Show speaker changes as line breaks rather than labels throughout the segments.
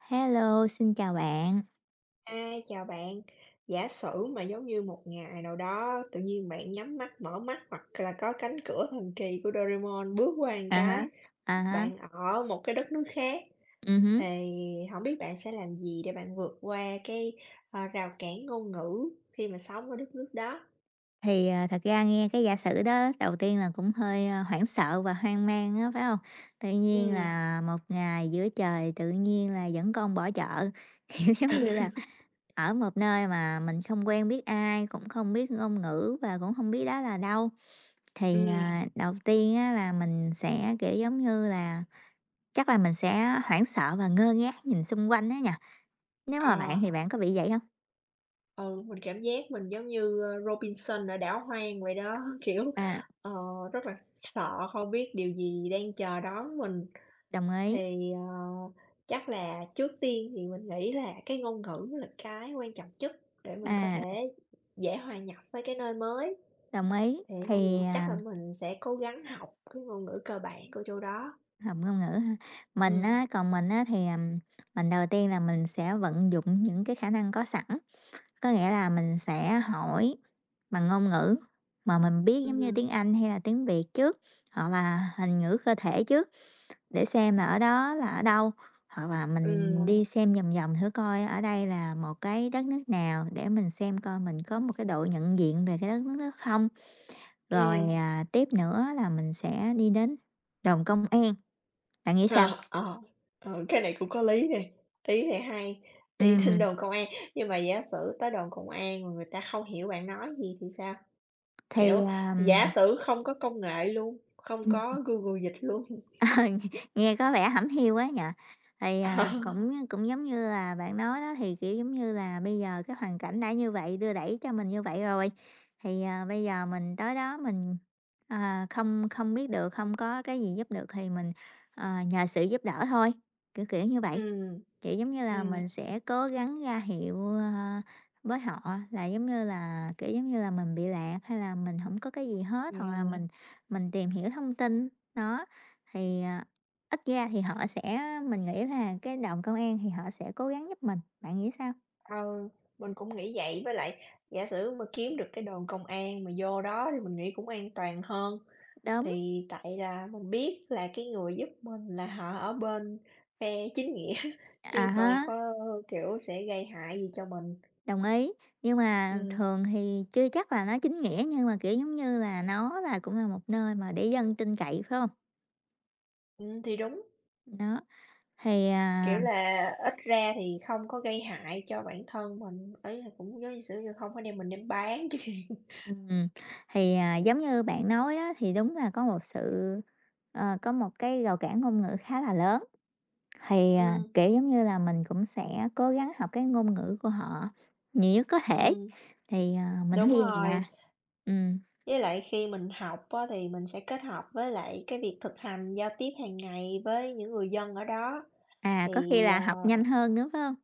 Hello, xin chào bạn.
À, chào bạn. Giả sử mà giống như một ngày nào đó tự nhiên bạn nhắm mắt mở mắt hoặc là có cánh cửa thần kỳ của Doraemon bước qua một
À há.
cái,
À há,
bạn ở một cái đất nước khác
hứm.
thì không biết bạn sẽ làm gì để bạn vượt qua rào cản ngôn ngữ khi mà sống ở đất nước đó?
Thật ra nghe cái giả sử đó đầu tiên là cũng hơi, hoảng sợ và hoang mang á, phải không? Tự nhiên
Ừm,
là một ngày giữa trời tự nhiên là dẫn con bỏ chợ, kiểu, giống như là, ở một nơi mà mình không quen biết ai, cũng không biết ngôn ngữ và cũng không biết đó là đâu.
ừm,
Đầu tiên á là mình sẽ, kiểu, giống như là, chắc là mình sẽ hoảng sợ và ngơ ngác nhìn xung quanh đó nha. Nếu mà bạn
ờ,
thì bạn có bị vậy không?
ừ, mình cảm giác mình giống như, ơ, Robinson ở đảo hoang vậy đó, kiểu,
À.
ờ, rất là sợ không biết điều gì đang chờ đón mình.
Đồng ý,
Thì, ờ, chắc là trước tiên thì mình nghĩ là cái ngôn ngữ là cái quan trọng nhất để mình có
à,
thể dễ hòa nhập với cái nơi mới,
đồng ý.
thì chắc là mình sẽ cố gắng học cái ngôn ngữ cơ bản của chỗ đó.
Học ngôn ngữ ha, mình
ừ
á còn mình đầu tiên là mình sẽ vận dụng những cái khả năng có sẵn, có nghĩa là mình sẽ hỏi bằng ngôn ngữ mà mình biết giống như tiếng
ừ
Anh hay là tiếng Việt trước, hoặc là hình ngữ cơ thể trước để xem là ở đó là ở đâu, hoặc là mình
ừm,
đi xem vòng vòng thử coi ở đây là một cái đất nước nào để mình xem coi mình có một cái độ nhận diện về cái đất nước đó không. Rồi,
ừm,
tiếp nữa là mình sẽ đi đến đồn công an, bạn nghĩ sao?
ờ, ờ, ừ, cái này cũng có lý nè, ý này hay, đi đến
Ừm,
đồn công an, nhưng mà giả sử tới đồn công an mà người ta không hiểu bạn nói gì thì sao?
thì,
Kiểu,
ờm,
giả sử không có công nghệ luôn, không
ừm,
có Google Dịch luôn.
nghe có vẻ hẩm hiu quá nhỉ? Cũng cũng giống như là bạn nói đó, thì, kiểu, giống như là bây giờ cái hoàn cảnh đã như vậy, đưa đẩy cho mình như vậy rồi, bây giờ mình tới đó mình, không không biết được, không có cái gì giúp được thì mình, nhờ sự giúp đỡ thôi, kiểu, kiểu như vậy.
Ừm,
Kiểu, giống như là,
ừm,
mình sẽ cố gắng ra hiệu, với họ là giống như là, kiểu, giống như là, mình bị lạc hay là mình không có cái gì hết, hoặc là
ừm,
mình tìm hiểu thông tin. Đó, thì, à, ít ra thì họ sẽ mình nghĩ là cái đồn công an thì họ sẽ cố gắng giúp mình, bạn nghĩ sao?
ờ, mình cũng nghĩ vậy, với lại giả sử mà kiếm được cái đồn công an mà vô đó thì mình nghĩ cũng an toàn hơn.
Đúng,
Thì tại là mình biết là cái người giúp mình là họ ở bên phe chính nghĩa
à
chứ
ha
không có, kiểu, sẽ gây hại gì cho mình.
đồng ý, nhưng mà
Ừm,
thường thì chưa chắc là nó chính nghĩa, nhưng mà, kiểu, giống như là, nó là cũng là một nơi mà để dân tin cậy, phải không?
thì đúng,
Đó, thì,
kiểu
à
là, ít ra thì không có gây hại cho bản thân mình, ấy là cũng giống như sử như hông có đem mình đem bán chứ. hạn.
Ừm, giống như bạn nói đó, thì đúng là có một có một cái rào cản ngôn ngữ khá là lớn.
Ừm,
Kiểu, giống như là, mình cũng sẽ cố gắng học cái ngôn ngữ của họ nhiều nhất có thể.
ừm,
Mình
đúng
thấy vậy à.
rồi.
Ừm,
Với lại khi mình học á, thì mình sẽ kết hợp với lại cái việc thực hành giao tiếp hàng ngày với những người dân ở đó,
có khi
thì,
là
ờ
học nhanh hơn nữa, phải hông?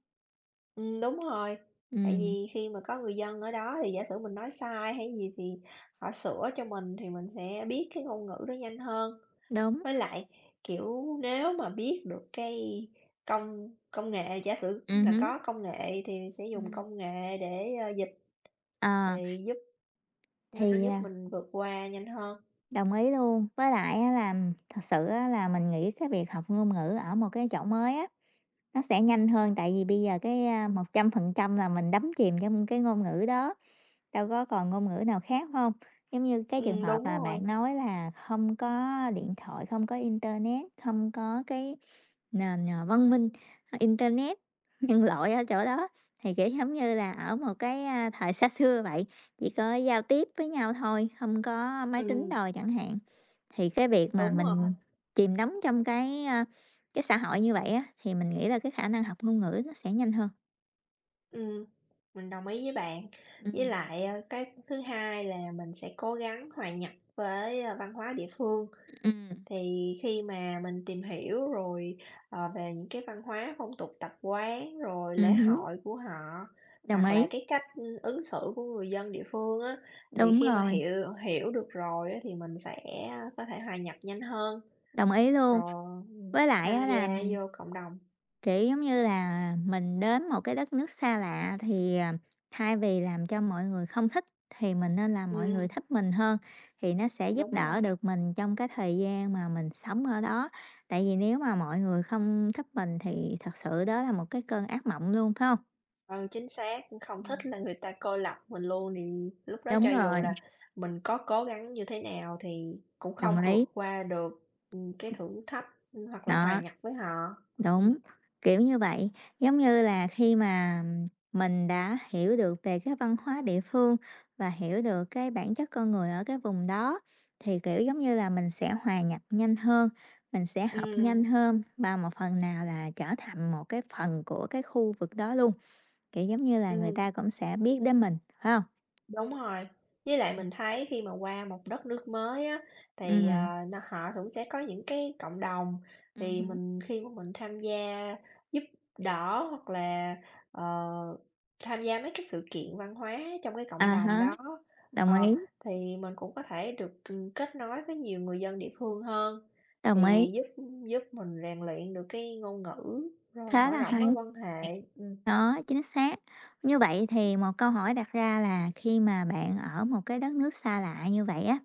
đúng rồi, tại
Ừm,
vì khi mà có người dân ở đó thì giả sử mình nói sai hay gì thì họ sửa cho mình thì mình sẽ biết cái ngôn ngữ đó nhanh hơn.
đúng,
Với lại, kiểu, nếu mà biết được cái công công nghệ, giả sử là
hứm,
có công nghệ thì sẽ dùng
ừm.
công nghệ để, ơ, dịch,
Ờ,
thì giúp nó sẽ
thì,
giúp
à,
mình vượt qua nhanh hơn.
đồng ý luôn. Với lại á là thật sự á là mình nghĩ cái việc học ngôn ngữ ở một cái chỗ mới á nó sẽ nhanh hơn tại vì bây giờ 100% là mình đắm chìm trong cái ngôn ngữ đó, đâu có còn ngôn ngữ nào khác không? Giống như cái trường
Ừm,
hợp
đúng
mà
rồi,
bạn nói là không có điện thoại, không có internet, không có cái văn minh, internet nhân loại ở chỗ đó, thì, kiểu, giống như là, ở một cái, thời xa xưa vậy, chỉ có giao tiếp với nhau thôi, không có máy tính
ừm,
đồ chẳng hạn. Thì cái việc mà
đúng rồi,
mình chìm đắm trong cái, cái xã hội như vậy á, thì mình nghĩ là cái khả năng học ngôn ngữ nó sẽ nhanh hơn.
ừm, mình đồng ý với bạn. Với
Ừm,
lại, ơ, cái thứ hai là mình sẽ cố gắng hòa nhập với, ơ, văn hóa địa phương.
ừm,
Thì khi mà mình tìm hiểu rồi, ờ, về những cái văn hóa, phong tục tập quán, rồi lễ
ừm
hội của họ,
đồng
hoặc là
ý,
cái cách, ứng xử của người dân địa phương á, thì
đúng
khi mà
rồi.
hiểu hiểu được rồi á, thì mình sẽ ờ, có thể hòa nhập nhanh hơn,
Đồng ý luôn.
rồi,
Với lại
tham
á
gia
là,
vô cộng đồng.
kiểu, giống như là, mình đến một cái đất nước xa lạ thì, thay vì làm cho mọi người không thích thì mình nên làm mọi người
Ừm,
thích mình hơn, thì nó sẽ giúp
đúng
đỡ
rồi.
được mình trong cái thời gian mà mình sống ở đó. Tại vì nếu mà mọi người không thích mình thì thật sự đó là một cái cơn ác mộng luôn, phải không?
Ừ, chính xác, không
Ừm.
thích là người ta cô lập mình luôn thì lúc đó
Đúng
cho dù
rồi,
là mình có cố gắng như thế nào thì cũng
đồng
không
ý.
vượt qua được, cái thử thách, hoặc là hòa
Đó.
nhập với họ. Ừm,
Đúng, kiểu như vậy, giống như là khi mà mình đã hiểu được về cái văn hóa địa phương và hiểu được cái bản chất con người ở cái vùng đó thì kiểu giống như là mình sẽ hòa nhập nhanh hơn, mình sẽ học
ừm,
nhanh hơn và một phần nào là trở thành một cái phần của cái khu vực đó luôn, kiểu giống như là người
ừm.
ta cũng sẽ biết đến mình, phải không?
Đúng rồi, với lại mình thấy khi mà qua một đất nước mới á,
Ừ,
thì, à, nó họ cũng sẽ có những cái cộng đồng, thì
Ừm
mình khi mà mình tham gia giúp đỡ hoặc là, ờ, tham gia mấy cái sự kiện văn hóa trong cái
à
cộng đồng
há,
đó,
đồng
ờ,
ý,
thì mình cũng có thể được, kết nối với nhiều người dân địa phương hơn,
đồng ý,
thì giúp giúp mình rèn luyện được cái ngôn ngữ, rồi
khá
mở
là
rộng
hay.
mối quan hệ.
Đó, chính xác. Như vậy thì một câu hỏi đặt ra là khi mà bạn ở một cái đất nước xa lạ như vậy á,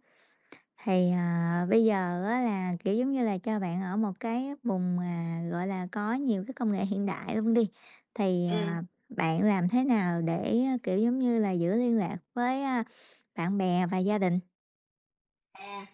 bây giờ á là, kiểu, giống như là, cho bạn ở một cái vùng mà, gọi là, có nhiều cái công nghệ hiện đại luôn đi, thì,
Ừm.
à, bạn làm thế nào để, kiểu, giống như là, giữ liên lạc với, bạn bè và gia đình?
À.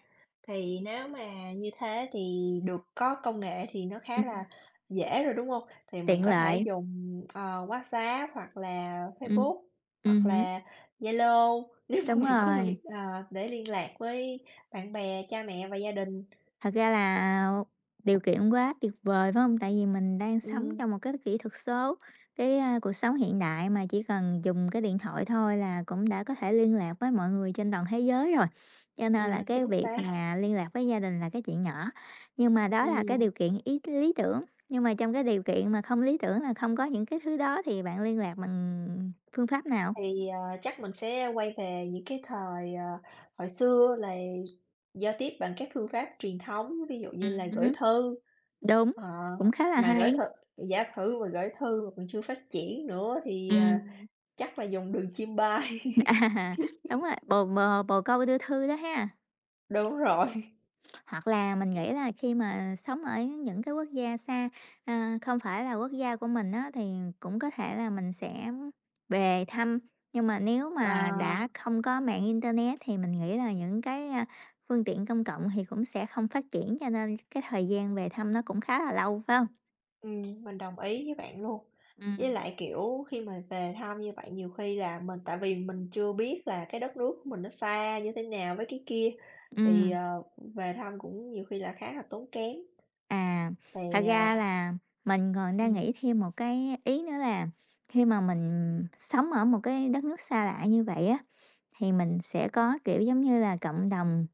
Thì nếu mà như thế thì được có công nghệ thì nó khá
Ừm,
là dễ rồi, đúng không? Thì mình
tiện
có thể
lợi.
dùng, ờ, WhatsApp hoặc là
Ừm,
Facebook hoặc
hứm,
là Zalo nếu mà
đúng
mình có
rồi.
việc, ờ, để liên lạc với bạn bè, cha mẹ và gia đình.
Thật ra là điều kiện quá tuyệt vời, phải không? Tại vì mình đang sống
Ừm,
trong một cái kỹ thuật số, cái, cuộc sống hiện đại mà chỉ cần dùng cái điện thoại thôi là cũng đã có thể liên lạc với mọi người trên toàn thế giới rồi, cho nên là à, cái
chính
việc à
xác.
mà liên lạc với gia đình là cái chuyện nhỏ. Nhưng mà đó là cái
Ừm,
điều kiện lý tưởng, nhưng mà trong cái điều kiện mà không lý tưởng là không có những cái thứ đó thì bạn liên lạc bằng phương pháp nào?
chắc mình sẽ quay về những cái thời, ờ, hồi xưa là giao tiếp bằng các phương pháp truyền thống, ví dụ như là gửi
Ừm
thư.
Đúng,
Ờ,
cũng khá là
mà gửi
hay.
thư giả thử mà gửi thư mà còn chưa phát triển nữa thì, à,
Ừm.
chắc là dùng đường chim bay.
À, đúng rồi, bồ bồ bồ câu đưa thư đó ha.
Đúng rồi,
Hoặc là mình nghĩ là khi mà sống ở những cái quốc gia xa, không phải là quốc gia của mình á, thì cũng có thể là mình sẽ về thăm. Nhưng mà nếu mà
ờ,
à đã không có mạng internet thì mình nghĩ là những cái, phương tiện công cộng thì cũng sẽ không phát triển, cho nên cái thời gian về thăm nó cũng khá là lâu, phải không?
mình đồng ý với bạn luôn. Với
Ừm,
lại, kiểu, khi mà về thăm như vậy nhiều khi là mình tại vì mình chưa biết là cái đất nước của mình nó xa như thế nào với cái kia, thì,
ừm.
ờ, về thăm cũng nhiều khi là khá là tốn kém.
À, thật
Thì,
ra
à
là mình còn đang
Ừm,
nghĩ thêm một cái ý nữa là khi mà mình sống ở một cái đất nước xa lạ như vậy á, thì mình sẽ có, kiểu, giống như là cộng đồng,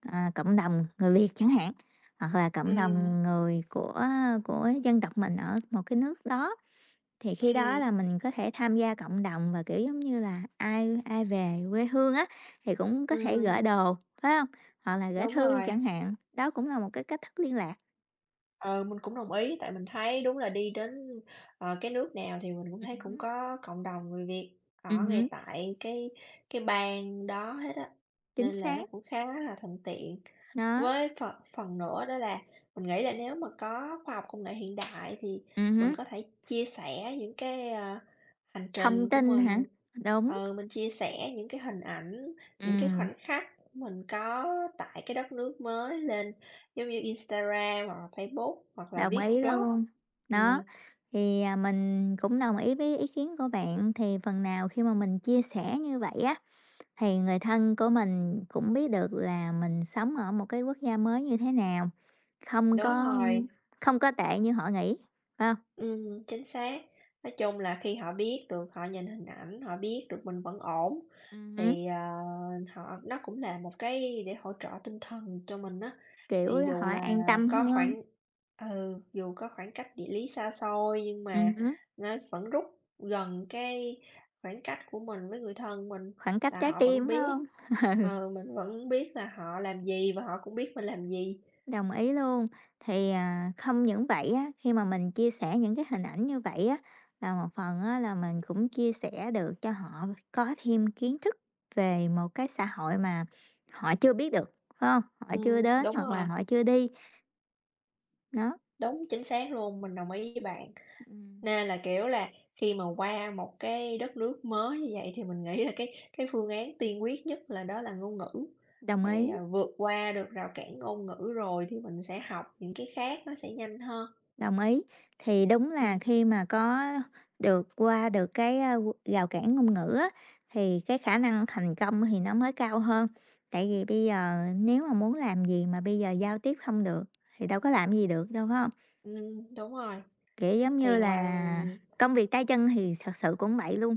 cộng đồng người Việt chẳng hạn, hoặc là cộng
ừm,
đồng người của dân tộc mình ở một cái nước đó. Thì khi đó
ừm,
là mình có thể tham gia cộng đồng và, kiểu, giống như là, ai ai về quê hương á, thì cũng có thể
ừm,
gửi đồ, phải không? Hoặc là gửi
đúng
thư
rồi.
chẳng hạn, đó cũng là một cái cách thức liên lạc.
Ờ, mình cũng đồng ý, tại mình thấy đúng là đi đến, ờ, cái nước nào thì mình cũng thấy cũng
Ừm
có cộng đồng người Việt
Ừm
ở
hứm.
ngay tại cái bang đó hết á,
Chính
nên là nó
xác,
cũng khá là thuận tiện.
đó.
Với phần phần nữa đó là mình nghĩ là nếu mà có khoa học công nghệ hiện đại thì mình
Hứm.
có thể chia sẻ những cái, ờ Hành
Thông
trình của
tin hả?
mình,
Đúng.
ờ, mình chia sẻ những cái hình ảnh, những cái
Ừm.
khoảnh khắc mình có tại cái đất nước mới lên giống như Instagram hoặc là Facebook hoặc là
Đồng
viết
ý
blog.
luôn. Đó,
Ừm,
mình cũng đồng ý với ý kiến của bạn, thì phần nào khi mà mình chia sẻ như vậy á, thì người thân của mình cũng biết được là mình sống ở một cái quốc gia mới như thế nào, không
đúng
có
rồi.
không có tệ như họ nghĩ, phải hông?
Chính xác. Nói chung là khi họ biết được, họ nhìn hình ảnh, họ biết được mình vẫn ổn
Hứm.
thì, ờ, họ nó cũng là một cái để hỗ trợ tinh thần cho mình á.
Kiểu,
Thì
họ
dù là
an tâm
có
hơn,
khoảng ừ, dù có khoảng cách địa lý xa xôi nhưng mà
hứm,
nó vẫn rút gần cái khoảng cách của mình với người thân mình,
khoảng cách
là
trái
họ vẫn
tim, phải
biết.
hông?
Ừ, mình vẫn biết là họ làm gì và họ cũng biết mình làm gì.
Đồng ý luôn. Không những vậy á, khi mà mình chia sẻ những cái hình ảnh như vậy á, là một phần á là mình cũng chia sẻ được cho họ có thêm kiến thức về một cái xã hội mà họ chưa biết được, phải hông? Họ chưa
Ừm,
đến
đúng
hoặc
rồi,
là họ chưa đi. Nó
đúng, chính xác luôn, mình đồng ý với bạn. Nên là, kiểu là, khi mà qua một cái đất nước mới như vậy thì mình nghĩ là cái phương án tiên quyết nhất là đó là ngôn ngữ,
đồng
phải,
ý.
à, vượt qua được rào cản ngôn ngữ rồi thì mình sẽ học những cái khác nó sẽ nhanh hơn.
Đồng ý. Thì đúng là
Ừm,
khi mà có qua được cái, rào cản ngôn ngữ á, thì cái khả năng thành công thì nó mới cao hơn. Tại vì bây giờ nếu mà muốn làm gì mà bây giờ giao tiếp không được thì đâu có làm gì được đâu, phải không?
ừm, đúng rồi,
Kiểu, giống như
thì
là
ngoài
à công việc tay chân thì thật sự cũng vậy luôn,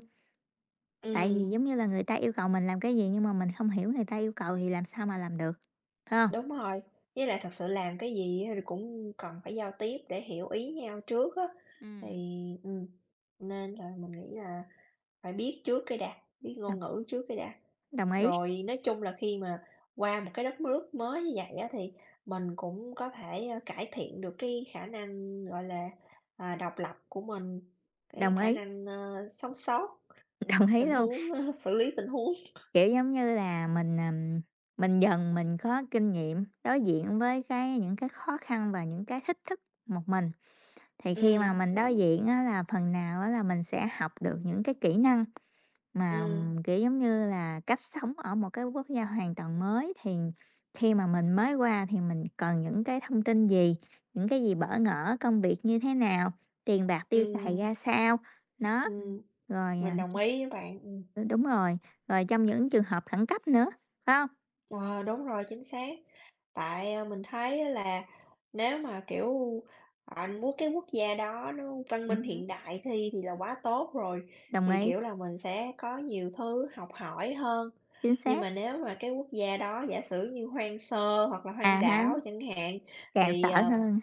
tại vì,
ừm.
giống như là, người ta yêu cầu mình làm cái gì nhưng mà mình không hiểu người ta yêu cầu thì làm sao mà làm được, phải không?
Đúng rồi, với lại thật sự làm cái gì thì cũng cần phải giao tiếp để hiểu ý nhau trước á, thì
Ừm.
ừm, nên là mình nghĩ là phải biết trước cái đã, biết
Đồng
ngôn ngữ trước cái đã.
đồng ý,
Rồi nói chung là khi mà qua một cái đất nước mới như vậy á thì mình cũng có thể, ơ, cải thiện được cái khả năng, gọi là, à, độc lập của mình, cái
đồng
khả
ý,
năng, ơ, sống sót
đồng ý
tình
luôn.
huống, xử lý tình huống.
Kiểu, giống như là, mình có kinh nghiệm đối diện với cái những cái khó khăn và những cái thách thức một mình, thì khi mà
Ừm,
mình đối
đúng,
diện á là phần nào á là mình sẽ học được những cái kỹ năng mà,
ừm,
kiểu, giống như là, cách sống ở một cái quốc gia hoàn toàn mới, thì khi mà mình mới qua thì mình cần những cái thông tin gì, những cái gì bỡ ngỡ, công việc như thế nào, tiền bạc tiêu ừ
ừm,
xài ra sao, đó.
ừm.
Rồi,
Mình
à
đồng ý với bạn.
Ừ, đúng rồi, rồi trong những trường hợp khẩn cấp nữa, phải hông?
Ờ, đúng rồi, chính xác. Tại, à, mình thấy á là nếu mà, kiểu, ờ, muốn cái quốc gia đó nó văn minh
Ừm
hiện đại thi thì là quá tốt rồi,
đồng
thì,
ý,
kiểu là, mình sẽ có nhiều thứ học hỏi hơn.
chính
Nhưng
xác.
mà nếu mà cái quốc gia đó giả sử như hoang sơ hoặc là
À
hoang
ha
đảo chẳng hạn,
càng sợ
thì, ờ,
hơn.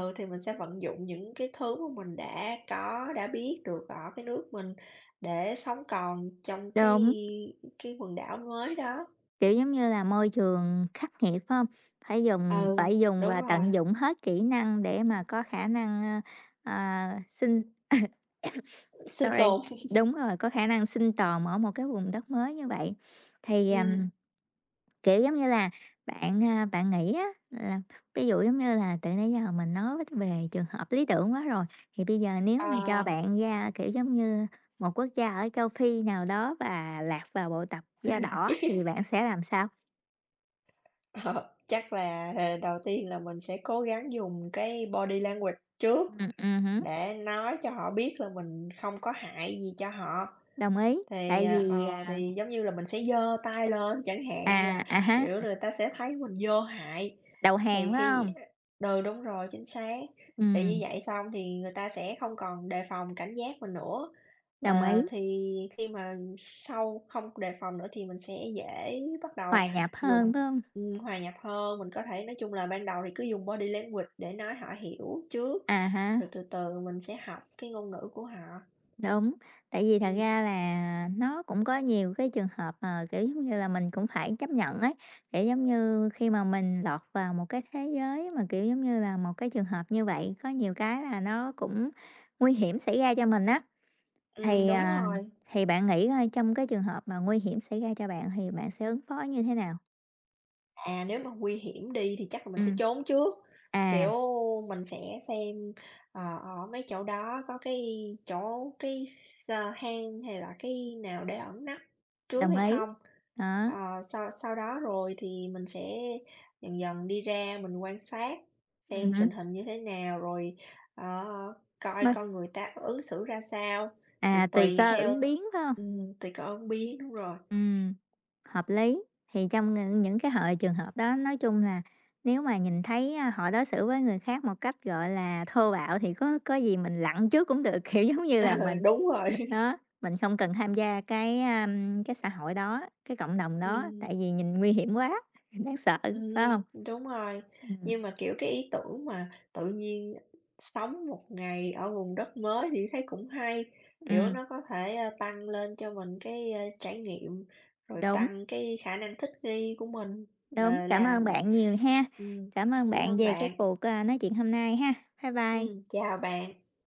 ừ, thì mình sẽ vận dụng những cái thứ mà mình đã có, đã biết được ở cái nước mình để sống còn trong cái
Đúng,
cái quần đảo mới đó.
kiểu, giống như là, môi trường khắc nghiệt, phải hông?
Ừ,
Phải dùng
đúng
và
rồi,
tận dụng hết kỹ năng để mà có khả năng, sinh
sinh
sorry,
tồn.
đúng rồi, có khả năng sinh tồn ở một cái vùng đất mới như vậy. Thì,
Ừm.
ừm Kiểu, giống như là, bạn nghĩ á là ví dụ, giống như là, từ nãy giờ mình nói về trường hợp lý tưởng quá rồi, thì bây giờ nếu mà
Ờ.
vậy cho hả? Bạn ra, kiểu, giống như một quốc gia ở châu Phi nào đó và lạc vào bộ tập da đỏ thì bạn sẽ làm sao?
Ờ, chắc là, ờ, đầu tiên là mình sẽ cố gắng dùng cái body language trước
Hứm,
để nói cho họ biết là mình không có hại gì cho họ.
đồng ý,
Thì,
tại
à, ờ,
vì, à,
thì giống như là mình sẽ giơ tay lên chẳng hạn
à,
là,
à há,
kiểu, người ta sẽ thấy mình vô hại,
đầu hàng,
thì
phải
khi
không?
ừ, đúng rồi, chính xác. Thì
Ừm,
như vậy xong thì người ta sẽ không còn đề phòng cảnh giác mình nữa. Ờ,
đồng ý,
thì khi mà sau không đề phòng nữa thì mình sẽ dễ bắt đầu
hòa nhập
dùng
hơn, phải không?
hòa nhập hơn, mình có thể nói chung là ban đầu thì cứ dùng body language để nói họ hiểu trước,
À ha
rồi từ từ mình sẽ học cái ngôn ngữ của họ.
đúng, tại vì thật
Ừm,
ra là nó cũng có nhiều cái trường hợp mà, kiểu, giống như là, mình cũng phải chấp nhận ấy. Kiểu, giống như, khi mà mình lọt vào một cái thế giới mà, kiểu, giống như là, một cái trường hợp như vậy, có nhiều cái là nó cũng nguy hiểm xảy ra cho mình á, thì, Ừm,
đúng
à,
rồi.
thì bạn nghĩ coi trong cái trường hợp mà nguy hiểm xảy ra cho bạn thì bạn sẽ ứng phó như thế nào?
À, nếu mà nguy hiểm đi thì chắc là mình sẽ
Ừm,
trốn trước,
à,
kiểu, mình sẽ xem, ờ, ở mấy chỗ đó có chỗ cái, ờ, hang hay là cái nào để ẩn nấp trước
đồng
hay
ý,
không.
đó,
Ờ, sau sau đó rồi thì mình sẽ dần dần đi ra mình quan sát xem
hứm,
tình hình như thế nào, rồi, ờ, coi con người ta ứng xử ra sao, thì
à, tùy
tùy
cơ
theo
ứng biến, phải hông?
tùy con biết, đúng rồi,
Ừm. Hợp lý. Thì trong ng những cái trường hợp đó, nói chung là nếu mà nhìn thấy, họ đối xử với người khác một cách, gọi là, thô bạo thì có gì mình lặng trước cũng được, kiểu, giống như
ừ,
là, mình
đúng rồi.
đó, mình không cần tham gia cái, cái xã hội đó, cái cộng đồng đó,
Ừm.
tại vì nhìn nguy hiểm quá, đáng sợ, phải không?
Đúng rồi,
Ừm,
nhưng mà, kiểu, cái ý tưởng mà tự nhiên sống một ngày ở vùng đất mới thì thấy cũng hay, kiểu,
ừm,
nó có thể, a, tăng lên cho mình cái, a, trải nghiệm, rồi
đúng,
tăng cái khả năng thích nghi của mình,
đúng.
là
Cảm ơn
làm gì.
bạn nhiều ha.
Ừm,
Cảm ơn
cảm
bạn
ơn
về cái
bạn.
cuộc, nói chuyện hôm nay ha. Bye bye.
Chào bạn.